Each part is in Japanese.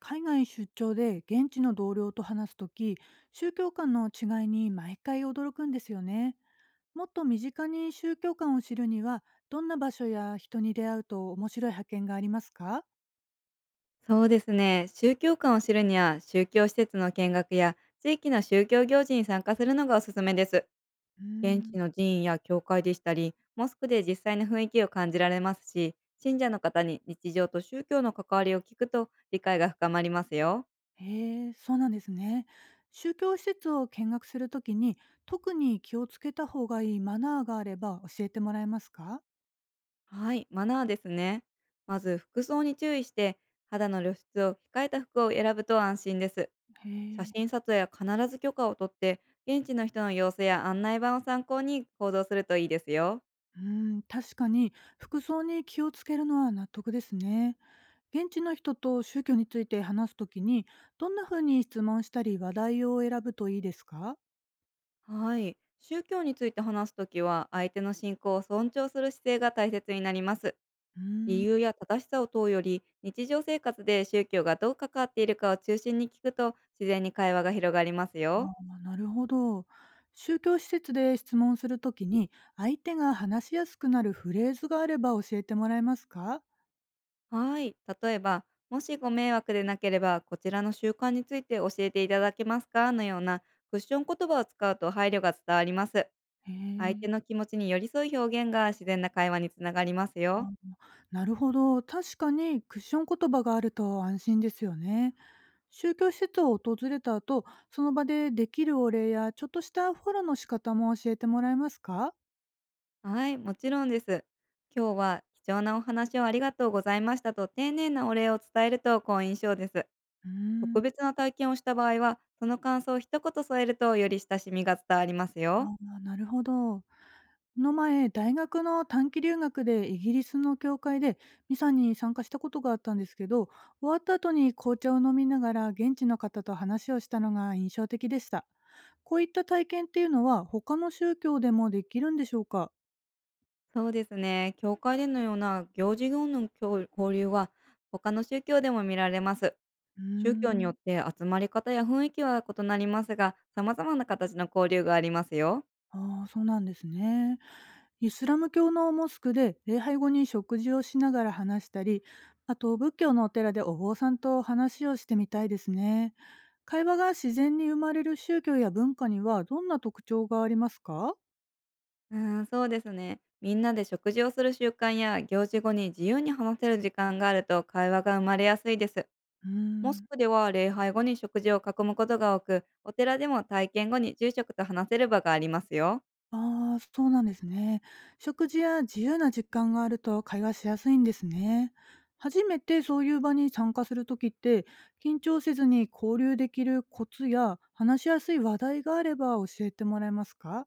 海外出張で現地の同僚と話すとき、宗教観の違いに毎回驚くんですよね。もっと身近に宗教観を知るには、どんな場所や人に出会うと面白い発見がありますか？そうですね。宗教観を知るには、宗教施設の見学や地域の宗教行事に参加するのがおすすめです。うー現地んの寺院や教会でしたり、モスクで実際の雰囲気を感じられますし、信者の方に日常と宗教の関わりを聞くと理解が深まりますよ。へえ、そうなんですね。宗教施設を見学するときに、特に気をつけた方がいいマナーがあれば教えてもらえますか？はい、マナーですね。まず服装に注意して、肌の露出を控えた服を選ぶと安心です。へ写え。真撮影は必ず許可を取って、現地の人の様子や案内板を参考に行動するといいですよ。うん、確かに服装に気をつけるのは納得ですね。現地の人と宗教について話すときに、どんなふうに質問したり話題を選ぶといいですか？はい。宗教について話すときは、相手の信仰を尊重する姿勢が大切になります。うー理ん、由や正しさを問うより、日常生活で宗教がどう関わっているかを中心に聞くと、自然に会話が広がりますあよ。あ、なるほど。宗教施設で質問するときに、相手が話しやすくなるフレーズがあれば教えてもらえますか？はい。例えば、もしご迷惑でなければ、こちらの習慣について教えていただけますかのようなクッション言葉を使うと配慮が伝わります。へ相手え。の気持ちに寄り添う表現が自然な会話につながりますあ、よ。なるほど。確かにクッション言葉があると安心ですよね。宗教施設を訪れた後、その場でできるお礼やちょっとしたフォローの仕方も教えてもらえますか？はい、もちろんです。今日は貴重なお話をありがとうございましたと丁寧なお礼を伝えると好印象です。うーん特別な体験をした場合は、その感想を一言添えるとより親しみが伝わりますあよ。あ、なるほど。この前、大学の短期留学でイギリスの教会でミサに参加したことがあったんですけど、終わった後に紅茶を飲みながら現地の方と話をしたのが印象的でした。こういった体験っていうのは他の宗教でもできるんでしょうか？そうですね。教会でのような行事業の交流は、他の宗教でも見られます。うー宗教によん。って集まり方や雰囲気は異なりますが、様々な形の交流がありますよ。ああ、そうなんですね。イスラム教のモスクで礼拝後に食事をしながら話したり、あと仏教のお寺でお坊さんと話をしてみたいですね。会話が自然に生まれる宗教や文化にはどんな特徴がありますか？そうですね。みんなで食事をする習慣や行事後に自由に話せる時間があると会話が生まれやすいです。うーモスん、クでは礼拝後に食事を囲むことが多く、お寺でも体験後に住職と話せる場がありますよ。ああそうなんですね。食事や自由な時間があると会話しやすいんですね。初めてそういう場に参加するときって、緊張せずに交流できるコツや話しやすい話題があれば教えてもらえますか？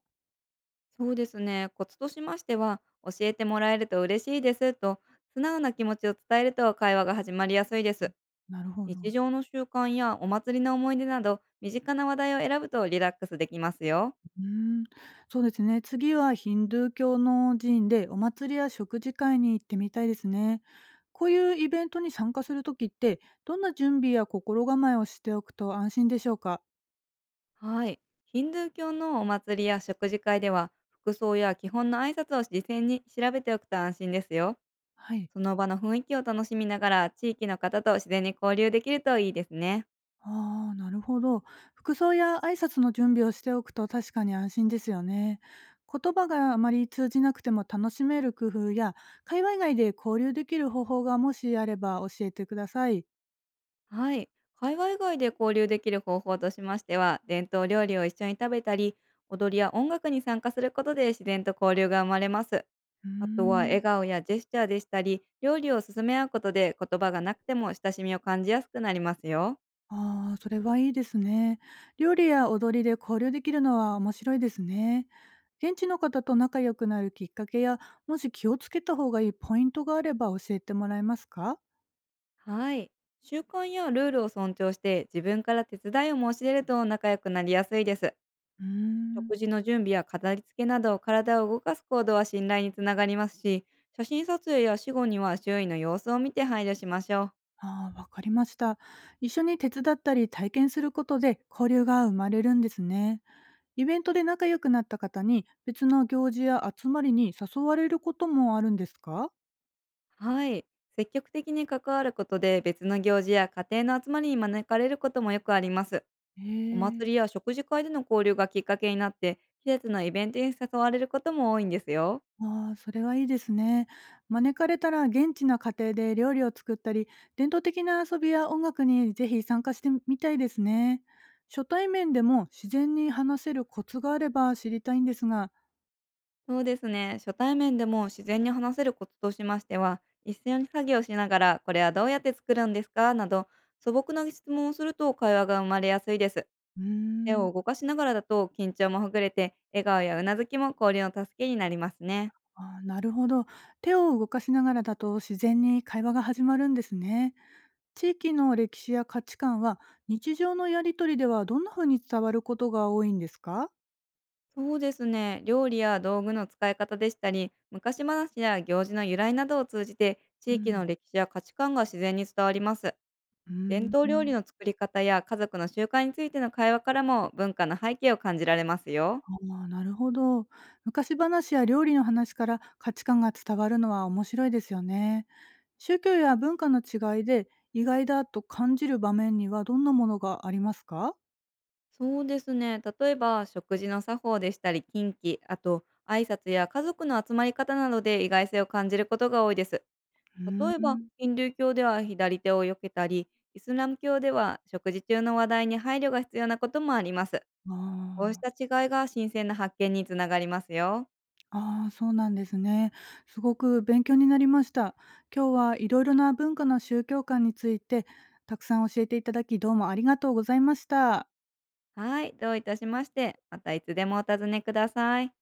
そうですね。コツとしましては、教えてもらえると嬉しいですと、素直な気持ちを伝えると会話が始まりやすいです。なるほ日ど。常の習慣やお祭りの思い出など、身近な話題を選ぶとリラックスできますよ。うーん、そうですね。次はヒンドゥー教の寺院でお祭りや食事会に行ってみたいですね。こういうイベントに参加するときって、どんな準備や心構えをしておくと安心でしょうか？はい。ヒンドゥー教のお祭りや食事会では、服装や基本の挨拶を事前に調べておくと安心ですよ。はい。その場の雰囲気を楽しみながら、地域の方と自然に交流できるといいですね。ああ、なるほど。服装や挨拶の準備をしておくと確かに安心ですよね。言葉があまり通じなくても楽しめる工夫や、会話以外で交流できる方法がもしあれば教えてください。はい。会話以外で交流できる方法としましては、伝統料理を一緒に食べたり、踊りや音楽に参加することで自然と交流が生まれます。うーあとはん。笑顔やジェスチャーでしたり、料理を勧め合うことで言葉がなくても親しみを感じやすくなりますよ。ああ、それはいいですね。料理や踊りで交流できるのは面白いですね。現地の方と仲良くなるきっかけや、もし気をつけた方がいいポイントがあれば教えてもらえますか？はい。習慣やルールを尊重して自分から手伝いを申し出ると仲良くなりやすいです。うーん。食事の準備や飾り付けなど体を動かす行動は信頼につながりますし、写真撮影や死後には周囲の様子を見て配慮しましょう。ああ、わかりました。一緒に手伝ったり体験することで交流が生まれるんですね。イベントで仲良くなった方に別の行事や集まりに誘われることもあるんですか？はい。積極的に関わることで別の行事や家庭の集まりに招かれることもよくあります。へおえ。祭りや食事会での交流がきっかけになって、季節のイベントに誘われることも多いんですよ。ああ、それはいいですね。招かれたら現地の家庭で料理を作ったり、伝統的な遊びや音楽にぜひ参加してみたいですね。初対面でも自然に話せるコツがあれば知りたいんですが、そうですね。初対面でも自然に話せるコツとしましては、一緒に作業しながら、これはどうやって作るんですかなど、素朴な質問をすると会話が生まれやすいです。うー手ん、を動かしながらだと緊張もほぐれて、笑顔やうなずきも交流の助けになりますね。あーなるほど。手を動かしながらだと自然に会話が始まるんですね。地域の歴史や価値観は日常のやりとりではどんなふうに伝わることが多いんですか？そうですね。料理や道具の使い方でしたり、昔話や行事の由来などを通じて、う地域ん、の歴史や価値観が自然に伝わります。う伝ー統料理ん。の作り方や家族の習慣についての会話からも文化の背景を感じられますよ。ああ、なるほど。昔話や料理の話から価値観が伝わるのは面白いですよね。宗教や文化の違いで意外だと感じる場面にはどんなものがありますか？そうですね。例えば、食事の作法でしたり、近畿、あと、挨拶や家族の集まり方などで意外性を感じることが多いです。うー例えば、ん。ヒンドゥー教では左手を避けたり、イスラム教では食事中の話題に配慮が必要なこともあります。あこうしあ。た違いが新鮮な発見につながりますよ。ああ、そうなんですね。すごく勉強になりました。今日はいろいろな文化の宗教観についてたくさん教えていただきどうもありがとうございました。はい、どういたしまして。またいつでもお尋ねください。